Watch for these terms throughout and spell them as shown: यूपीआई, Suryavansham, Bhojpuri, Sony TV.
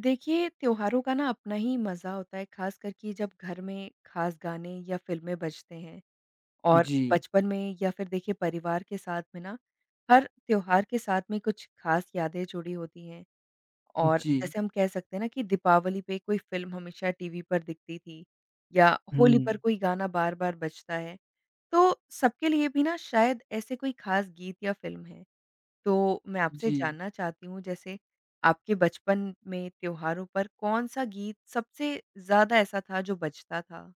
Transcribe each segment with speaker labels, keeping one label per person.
Speaker 1: देखिए, त्योहारों का ना अपना ही मज़ा होता है, ख़ासकर कि जब घर में ख़ास गाने या फ़िल्में बजते हैं और
Speaker 2: जी,
Speaker 1: बचपन में या फिर देखिए परिवार के साथ में ना, हर त्योहार के साथ में कुछ ख़ास यादें जुड़ी होती हैं और
Speaker 2: जी।
Speaker 1: जैसे हम कह सकते हैं ना कि दीपावली पे कोई फ़िल्म हमेशा टीवी पर दिखती थी या होली पर
Speaker 2: हुँ,
Speaker 1: कोई गाना बार-बार बजता है। तो सबके लिए भी ना शायद ऐसे कोई ख़ास गीत या फ़िल्म है। तो मैं आपसे
Speaker 2: जी।
Speaker 1: जानना चाहती हूँ जैसे आपके बचपन में त्योहारों पर कौन-सा गीत सबसे ज़्यादा ऐसा था जो बजता था?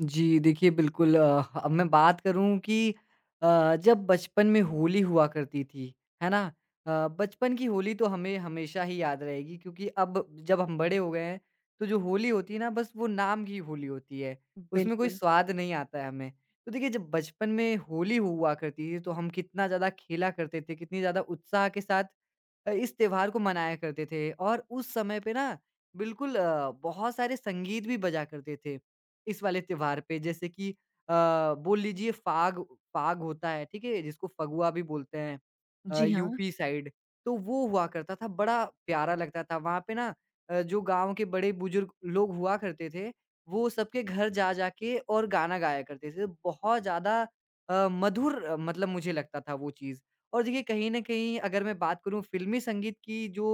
Speaker 2: जी, देखिए बिल्कुल, अब मैं बात करूँ कि जब बचपन में होली हुआ करती थी, है ना? बचपन की होली तो हमें हमेशा ही याद रहेगी क्योंकि अब जब हम बड़े हो गए हैं, तो जो होली होती है ना बस वो नाम की होली होती है, उसमें कोई
Speaker 1: बिल्कुल।
Speaker 2: स्वाद नहीं आता है हमें। तो देखिए जब बचपन में होली हुआ करती थी, तो हम कितना ज़्यादा खेला करते थे, कितनी ज़्यादा उत्साह के साथ इस त्योहार को मनाया करते थे और उस समय पे ना बिल्कुल, बहुत सारे संगीत भी बजा करते थे, इस वाले त्योहार पे जैसे कि बोल लीजिए फाग फाग होता है, ठीक है? जिसको फगुआ भी बोलते हैं,
Speaker 1: जी हाँ,
Speaker 2: यूपी साइड, तो वो हुआ करता था, बड़ा प्यारा लगता था। वहाँ पे ना जो गाँव के बड़े-बुजुर्ग लोग हुआ करते थे, वो सबके घर जा-जा के और गाना गाया करते थे। बहुत ज़्यादा मधुर, मतलब मुझे लगता था वो चीज़। और देखिए कहीं न कहीं अगर मैं बात करूँ फ़िल्मी संगीत की जो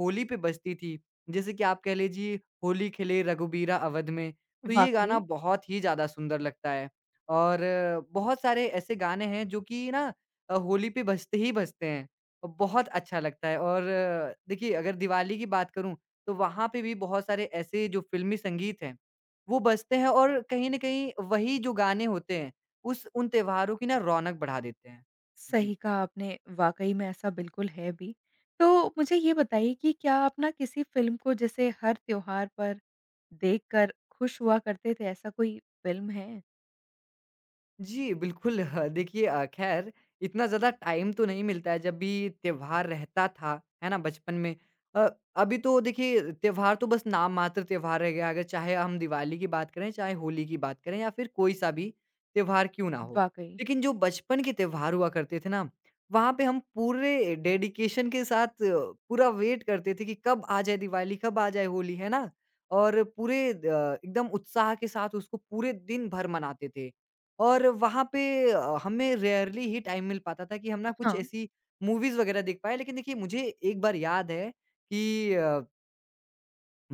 Speaker 2: होली पे बजती थी, जैसे कि आप कह लीजिए होली खेले रघुबीरा अवध में, तो ये गाना
Speaker 1: वाक़ई।
Speaker 2: बहुत ही ज़्यादा सुंदर लगता है। और बहुत सारे ऐसे गाने हैं जो कि ना होली पे बजते ही बजते हैं, और बहुत अच्छा लगता है। और देखिए अगर दिवाली की बात करूँ, तो वहाँ पे भी बहुत सारे ऐसे जो फ़िल्मी संगीत हैं, वो बजते हैं और कहीं न कहीं वही जो गाने होते हैं, उस उन त्योहारों की ना रौनक बढ़ा देते हैं। जी।
Speaker 1: सही कहा आपने, वाक़ई में ऐसा बिल्कुल है भी। तो मुझे ये बताइए कि क्या आप ना किसी फ़िल्म को जैसे हर त्योहार पर देखकर खुश हुआ करते थे, ऐसा कोई फ़िल्म है?
Speaker 2: जी, बिल्कुल। देखिए, ख़ैर इतना ज़्यादा टाइम तो नहीं मिलता है, जब भी त्योहार रहता था, है ना, बचपन में। अ, अभी तो देखिए त्योहार तो बस नाम मात्र त्योहार रह गया, अगर चाहे हम दिवाली की बात करें, चाहे होली की बात करें या फिर कोई सा भी त्योहार क्यों ना हो।
Speaker 1: वाक़ई।
Speaker 2: लेकिन जो बचपन के त्योहार हुआ करते थे ना, वहाँ पे हम पूरे डेडिकेशन के साथ पूरा वेट करते थे कि कब आ जाए दिवाली, कब आ जाए होली, है ना? और पूरे, एकदम उत्साह के साथ उसको पूरे दिन भर मनाते थे। और वहाँ पे हमें रेयरली ही टाइम मिल पाता था कि हम ना कुछ
Speaker 1: हाँ,
Speaker 2: ऐसी मूवीज़ वगैरह देख पाएँ। लेकिन देखिए मुझे एक बार याद है कि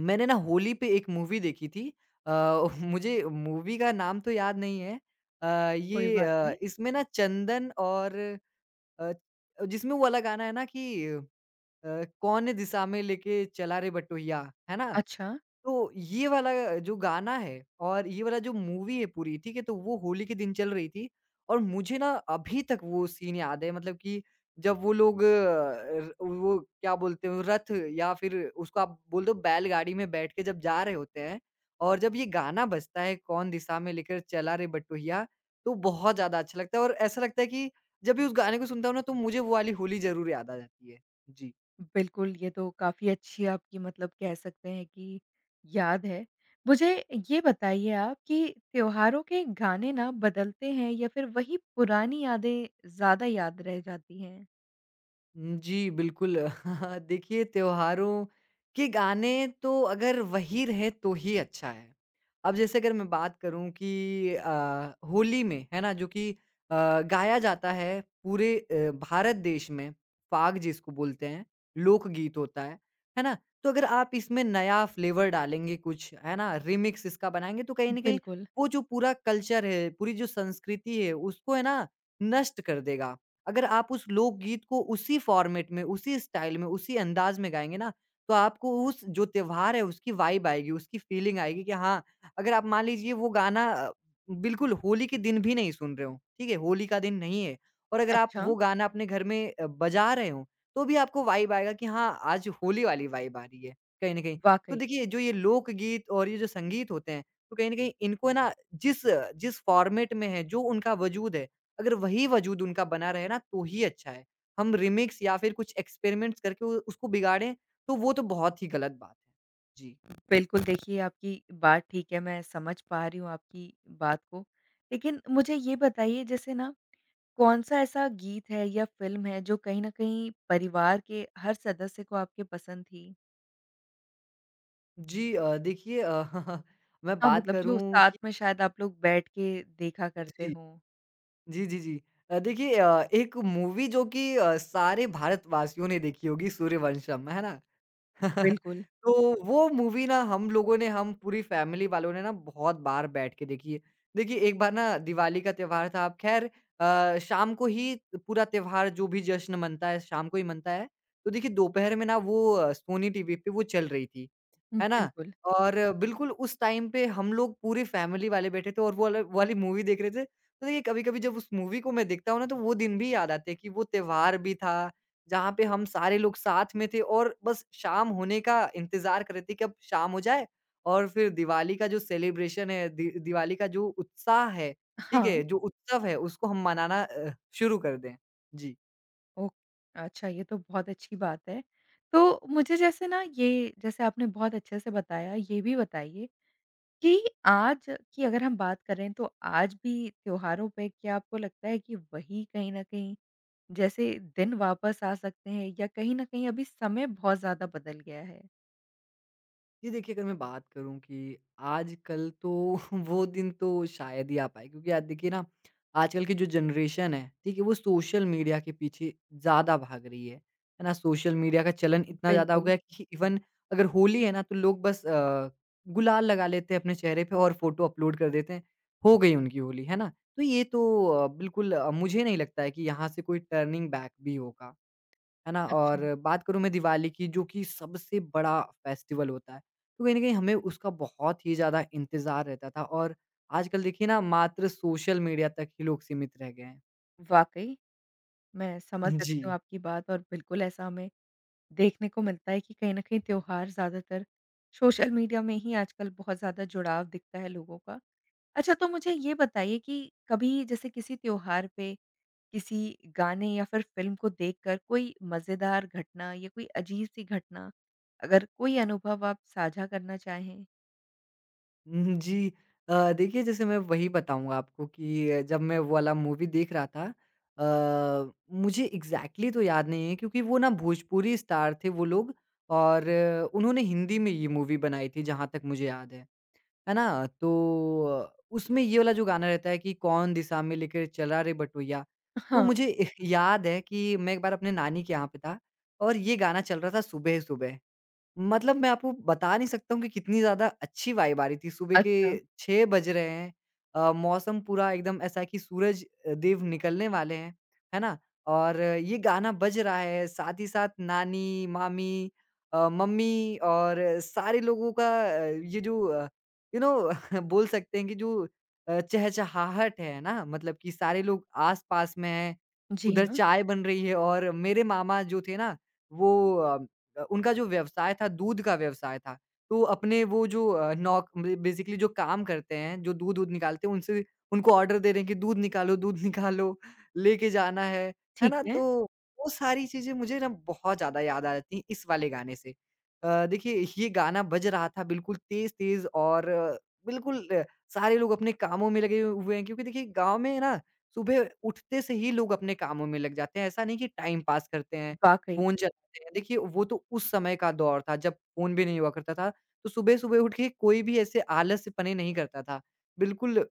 Speaker 2: मैंने ना होली पे एक मूवी देखी थी। अ, मुझे मूवी का नाम तो याद नहीं है। अ,
Speaker 1: कोई
Speaker 2: ये,
Speaker 1: बात नहीं।
Speaker 2: इसमें ना चंदन और अ, जिसमें वो वाला गाना है ना कि "कौन दिशा में लेके चला रे बटोहिया", है ना?
Speaker 1: अच्छा।
Speaker 2: तो ये वाला जो गाना है और ये वाला जो मूवी है पूरी, ठीक है? तो वो होली के दिन चल रही थी और मुझे ना अभी तक वो सीन याद है मतलब कि जब वो लोग, अ, र वो क्या बोलते हो रथ या फिर उसको आप बोल दो बैलगाड़ी में बैठ के जब जा रहे होते हैं और जब ये गाना बजता है, कौन दिशा में लेकर चला रे बटोहिया, तो बहुत ज़्यादा अच्छा लगता है और ऐसा लगता है कि जब भी उस गाने को सुनता हूँ ना तो मुझे वो वाली होली ज़रूर याद आ जाती है। जी।
Speaker 1: बिल्कुल, ये तो काफ़ी अच्छी आपकी मतलब कह सकते हैं कि याद है। मुझे ये बताइए आप कि त्योहारों के गाने ना बदलते हैं या फिर वही पुरानी यादें ज़्यादा याद रह जाती हैं?
Speaker 2: हुँ, जी, बिल्कुल। देखिए, त्योहारों के गाने तो अगर वही रहे तो ही अच्छा है। अब जैसे अगर मैं बात करूँ कि होली में, है ना? जो कि गाया जाता है पूरे भारत देश में, फ़ाग जिसको बोलते हैं, लोकगीत होता है ना? तो अगर आप इसमें नया फ्लेवर डालेंगे कुछ, है ना? रीमिक्स इसका बनाएँगे तो कहीं न कहीं
Speaker 1: बिल्कुल।
Speaker 2: वो जो पूरा कल्चर है, पूरी जो संस्कृति है, उसको है ना, नष्ट कर देगा। अगर आप उस लोकगीत को उसी फ़ॉर्मेट में, उसी स्टाइल में, उसी अंदाज़ में गाएँगे ना, तो आपको उस जो त्योहार है उसकी वाइब आएगी, उसकी फ़ीलिंग आएगी कि हाँ, अगर आप मान लीजिए वो गाना बिल्कुल होली के दिन भी नहीं सुन रहे हो, ठीक है? होली का दिन नहीं है और अगर आप
Speaker 1: अच्छा।
Speaker 2: वो गाना अपने घर में बजा रहे हो, तो भी आपको वाइब आएगा कि हाँ, आज होली वाली वाइब आ रही है, कहीं न कहीं। तो
Speaker 1: वाक़ई।
Speaker 2: देखिए, जो ये लोकगीत और ये जो संगीत होते हैं, तो कहीं न कहीं इनको है ना जिस जिस फ़ॉर्मेट में है, जो उनका वजूद है अगर वही वजूद उनका बना रहे ना तो ही अच्छा है। हम रीमिक्स या फिर कुछ एक्सपेरिमेंट्स करके उ उसको बिगाड़ें तो वो तो बहुत ही गलत बात है। जी।
Speaker 1: बिल्कुल, देखिए आपकी बात ठीक है, मैं समझ पा रही हूँ आपकी बात को। लेकिन मुझे ये बताइए जैसे ना कौन-सा ऐसा गीत है या फ़िल्म है जो कहीं न कहीं परिवार के हर सदस्य को आपके पसंद थी?
Speaker 2: जी, देखिए, मैं
Speaker 1: हाँ,
Speaker 2: बात
Speaker 1: मतलब जो
Speaker 2: करूँ
Speaker 1: साथ
Speaker 2: कि
Speaker 1: में शायद आप लोग बैठ के देखा करते
Speaker 2: जी।
Speaker 1: हो।
Speaker 2: जी, जी, जी। देखिए, एक मूवी जो कि सारे भारतवासियों ने देखी होगी सूर्यवंशम, है ना?
Speaker 1: बिल्कुल,
Speaker 2: तो वो मूवी ना हम पूरी फैमिली वालों ने ना बहुत बार बैठ के देखी है। देखिए एक बार ना दिवाली का त्योहार था अब ख़ैर, शाम को ही पूरा त्योहार जो भी जश्न मनता है शाम को ही मनता है। तो देखिए दोपहर में ना वो सोनी टीवी पे वो चल रही थी, है ना?
Speaker 1: बिल्कुल।
Speaker 2: और बिल्कुल उस टाइम पे हम लोग पूरी फैमिली वाले बैठे थे और वो वाली मूवी देख रहे थे। तो देखिए कभी-कभी जब उस मूवी को मैं देखता हूँ ना तो वो दिन भी याद आते हैं कि वो त्योहार भी था जहाँ पे हम सारे लोग साथ में थे और बस शाम होने का इंतज़ार कर रहे थे कि अब शाम हो जाए और फिर दिवाली का जो सेलिब्रेशन है, दि दिवाली का जो उत्साह है, ठीक
Speaker 1: हाँ,
Speaker 2: है? जो उत्सव है उसको हम मनाना शुरू कर दें। जी।
Speaker 1: ओ अच्छा, ये तो बहुत अच्छी बात है। तो मुझे जैसे ना ये जैसे आपने बहुत अच्छे से बताया, ये भी बताइए कि आज की अगर हम बात करें तो आज भी त्योहारों पे क्या आपको लगता है कि वही कहीं न कहीं जैसे दिन वापस आ सकते हैं या कहीं न कहीं अभी समय बहुत ज़्यादा बदल गया है?
Speaker 2: जी, देखिए अगर मैं बात करूँ कि आजकल तो वो दिन तो शायद ही आ पाए क्योंकि आज देखिए ना आजकल की जो जनरेशन है, ठीक है? वो सोशल मीडिया के पीछे ज़्यादा भाग रही है ना? सोशल मीडिया का चलन इतना ज़्यादा हो
Speaker 1: बिल्कुल,
Speaker 2: गया है कि इवन अगर होली है ना तो लोग बस गुलाल लगा लेते हैं अपने चेहरे पे और फ़ोटो अपलोड कर देते हैं, हो गई उनकी होली, है ना? तो ये तो बिल्कुल, मुझे नहीं लगता है कि यहाँ से कोई टर्निंग बैक भी होगा। है ना?
Speaker 1: अच्छा।
Speaker 2: और बात करूँ मैं दिवाली की जो कि सबसे बड़ा फेस्टिवल होता है। तो कहीं न कहीं हमें उसका बहुत ही ज़्यादा इंतज़ार रहता था और आजकल देखिए ना मात्र सोशल मीडिया तक ही लोग सीमित रह गए हैं।
Speaker 1: वाक़ई, मैं समझ
Speaker 2: जी।
Speaker 1: सकती हूँ आपकी बात और बिल्कुल ऐसा हमें देखने को मिलता है कि कहीं न कहीं त्योहार ज़्यादातर सोशल मीडिया में ही आजकल बहुत ज़्यादा जुड़ाव दिखता है लोगों का। अच्छा, तो मुझे ये बताइए कि कभी जैसे किसी त्योहार पे, किसी गाने या फिर फ़िल्म को देखकर कोई मज़ेदार घटना या कोई अजीब-सी घटना, अगर कोई अनुभव आप साझा करना चाहें?
Speaker 2: उहुँ, जी। देखिए जैसे मैं वही बताऊँगा आपको कि जब मैं वो वाला मूवी देख रहा था, अ, मुझे एग्ज़ैक्टली तो याद नहीं है क्योंकि वो ना भोजपुरी स्टार थे वो लोग और उन्होंने हिंदी में ये मूवी बनाई थी जहाँ तक मुझे याद है। है ना? तो उसमें ये वाला जो गाना रहता है कि कौन दिशा में लेकर चला रे बटोहिया। तो
Speaker 1: हाँ,
Speaker 2: मुझे याद है कि मैं एक बार अपने नानी के यहाँ पे था और ये गाना चल रहा था सुबह-सुबह। मतलब मैं आपको बता नहीं सकता हूँ कि कितनी ज़्यादा अच्छी वाइब आ रही थी। सुबह के
Speaker 1: अच्छा।
Speaker 2: 6 बज रहे हैं, मौसम पूरा एकदम ऐसा है कि सूरज देव निकलने वाले हैं, है ना? और ये गाना बज रहा है, साथ ही साथ नानी, मामी, मम्मी और सारे लोगों का ये जो यू नो बोल सकते हैं कि जो चहचहाहट है ना, मतलब कि सारे लोग आस-पास में हैं,
Speaker 1: जी
Speaker 2: उधर
Speaker 1: हाँ,
Speaker 2: चाय बन रही है और मेरे मामा जो थे ना, वो उनका जो व्यवसाय था, दूध का व्यवसाय था। तो अपने वो जो नौक बे बेसिकली जो काम करते हैं, जो दूध-वूध निकालते हैं, उनसे उनको ऑर्डर दे रहे हैं कि दूध निकालो, लेके जाना है। है
Speaker 1: ठीक
Speaker 2: ना?
Speaker 1: है।
Speaker 2: तो वो सारी चीज़ें मुझे ना बहुत ज़्यादा याद आ जाती हैं इस वाले गाने से। देखिए ये गाना बज रहा था बिल्कुल तेज़-तेज़ और, बिल्कुल, सारे लोग अपने कामों में लगे हुए हैं क्योंकि देखिए गाँव में ना सुबह उठते से ही लोग अपने कामों में लग जाते हैं। ऐसा नहीं कि टाइम पास करते हैं।
Speaker 1: वाक़ई।
Speaker 2: फ़ोन चलाते हैं। देखिए, वो तो उस समय का दौर था जब फ़ोन भी नहीं हुआ करता था, तो सुबह-सुबह उठ के कोई भी ऐसे आलस्यपने नहीं करता था। बिल्कुल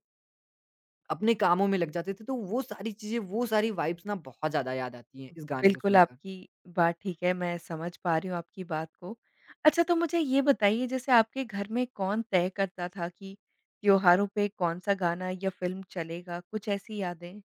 Speaker 2: अपने कामों में लग जाते थे, तो वो सारी चीज़ें, वो सारी वाइब्स ना बहुत ज़्यादा याद आती हैं इस गाने को
Speaker 1: बिल्कुल,
Speaker 2: सुनकर।
Speaker 1: आपकी बात ठीक है, मैं समझ पा रही हूँ आपकी बात को। अच्छा, तो मुझे ये बताइए जैसे आपके घर में कौन तय करता था कि त्योहारों पे कौन-सा गाना या फ़िल्म चलेगा, कुछ ऐसी यादें?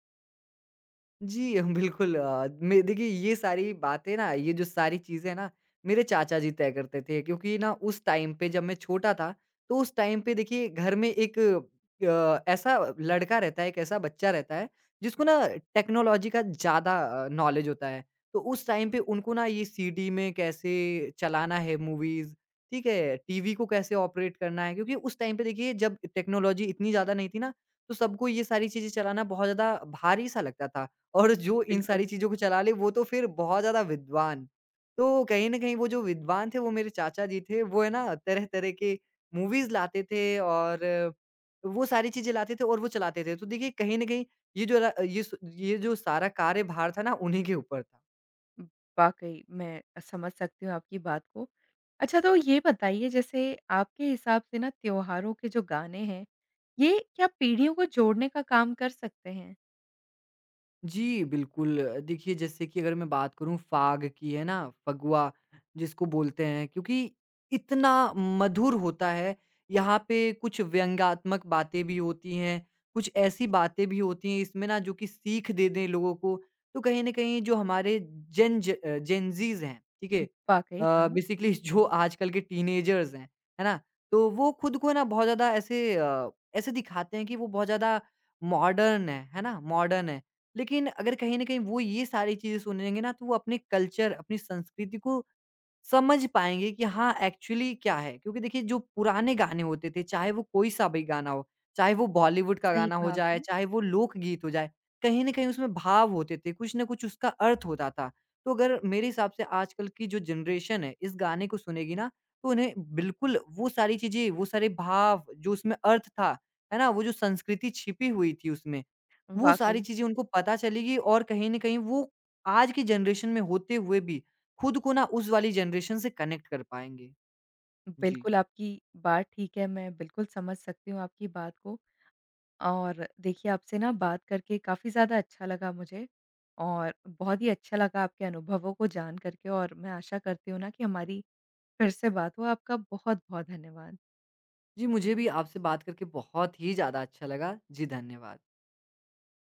Speaker 2: जी, हम बिल्कुल, मैं देखिए ये सारी बातें ना, ये जो सारी चीज़ें ना, मेरे चाचा जी तय करते थे क्योंकि ना उस टाइम पे जब मैं छोटा था, तो उस टाइम पे देखिए घर में एक ऐसा लड़का रहता है, एक ऐसा बच्चा रहता है, जिसको ना टेक्नोलॉजी का ज़्यादा नॉलेज होता है। तो उस टाइम पे उनको ना ये सीडी में कैसे चलाना है मूवीज़, ठीक है? टीवी को कैसे ऑपरेट करना है क्योंकि उस टाइम पे देखिए जब टेक्नोलॉजी इतनी ज़्यादा नहीं थी ना, तो सबको ये सारी चीज़ें चलाना बहुत ज़्यादा भारी-सा लगता था। और जो इन
Speaker 1: बिल्कुल।
Speaker 2: सारी चीज़ों को चला ले वो तो फिर बहुत ज़्यादा विद्वान। तो कहीं न कहीं वो जो विद्वान थे वो मेरे चाचा जी थे, वो है ना तरह-तरह के मूवीज़ लाते थे और वो सारी चीज़ें लाते थे और वो चलाते थे। तो देखिए कहीं न कहीं ये जो रा ये स ये जो सारा कार्यभार था ना उन्हीं के ऊपर था।
Speaker 1: वाक़ई, मैं समझ सकती हूँ आपकी बात को। अच्छा, तो ये बताइए जैसे आपके हिसाब से ना त्योहारों के जो गाने हैं, ये क्या पीढ़ियों को जोड़ने का काम कर सकते हैं?
Speaker 2: जी, बिल्कुल। देखिए, जैसे कि अगर मैं बात करूँ फ़ाग की, है ना? फगुआ जिसको बोलते हैं क्योंकि इतना मधुर होता है, यहाँ पे कुछ व्यंग्यात्मक बातें भी होती हैं, कुछ ऐसी बातें भी होती हैं इसमें ना जो कि सीख दे दें लोगों को। तो कहीं न कहीं जो हमारे जेन ज़ीज़ हैं, ठीक है?
Speaker 1: वाक़ई, हाँ।
Speaker 2: बेसिकली जो आजकल के टीनेजर्स हैं, है ना? तो वो खुद को ना बहुत ज़्यादा ऐसे दिखाते हैं कि वो बहुत ज़्यादा मॉडर्न हैं, है ना? मॉडर्न हैं। लेकिन अगर कहीं न कहीं वो ये सारी चीज़ें सुनेंगे ना तो वो अपने कल्चर, अपनी संस्कृति को समझ पाएँगे कि हाँ, एक्चुअली क्या है। क्योंकि देखिए जो पुराने गाने होते थे, चाहे वो कोई-सा भी गाना हो, चाहे वो बॉलीवुड का
Speaker 1: सही
Speaker 2: गाना हो
Speaker 1: कहा
Speaker 2: जाए,
Speaker 1: आपने।
Speaker 2: चाहे वो लोकगीत हो जाए, कहीं न कहीं उसमें भाव होते थे, कुछ न कुछ उसका अर्थ होता था। तो अगर मेरे हिसाब से आजकल की जो जनरेशन है, इस गाने को सुनेगी ना तो उन्हें बिल्कुल वो सारी चीज़ें, वो सारे भाव जो उसमें अर्थ था, है ना? वो जो संस्कृति छिपी हुई थी उसमें वो
Speaker 1: वाक़ई।
Speaker 2: सारी चीज़ें उनको पता चलेगी और कहीं न कहीं वो आज की जनरेशन में होते हुए भी खुद को ना उस वाली जनरेशन से कनेक्ट कर पाएँगे। जी।
Speaker 1: बिल्कुल, आपकी बात ठीक है, मैं बिल्कुल समझ सकती हूँ आपकी बात को और देखिए आपसे ना बात करके काफ़ी ज़्यादा अच्छा लगा मुझे और बहुत ही अच्छा लगा आपके अनुभवों को जान कर के और मैं आशा करती हूँ ना कि हमारी फिर से बात हो। आपका बहुत-बहुत धन्यवाद।
Speaker 2: जी, मुझे भी आपसे बात करके बहुत ही ज़्यादा अच्छा लगा। जी, धन्यवाद।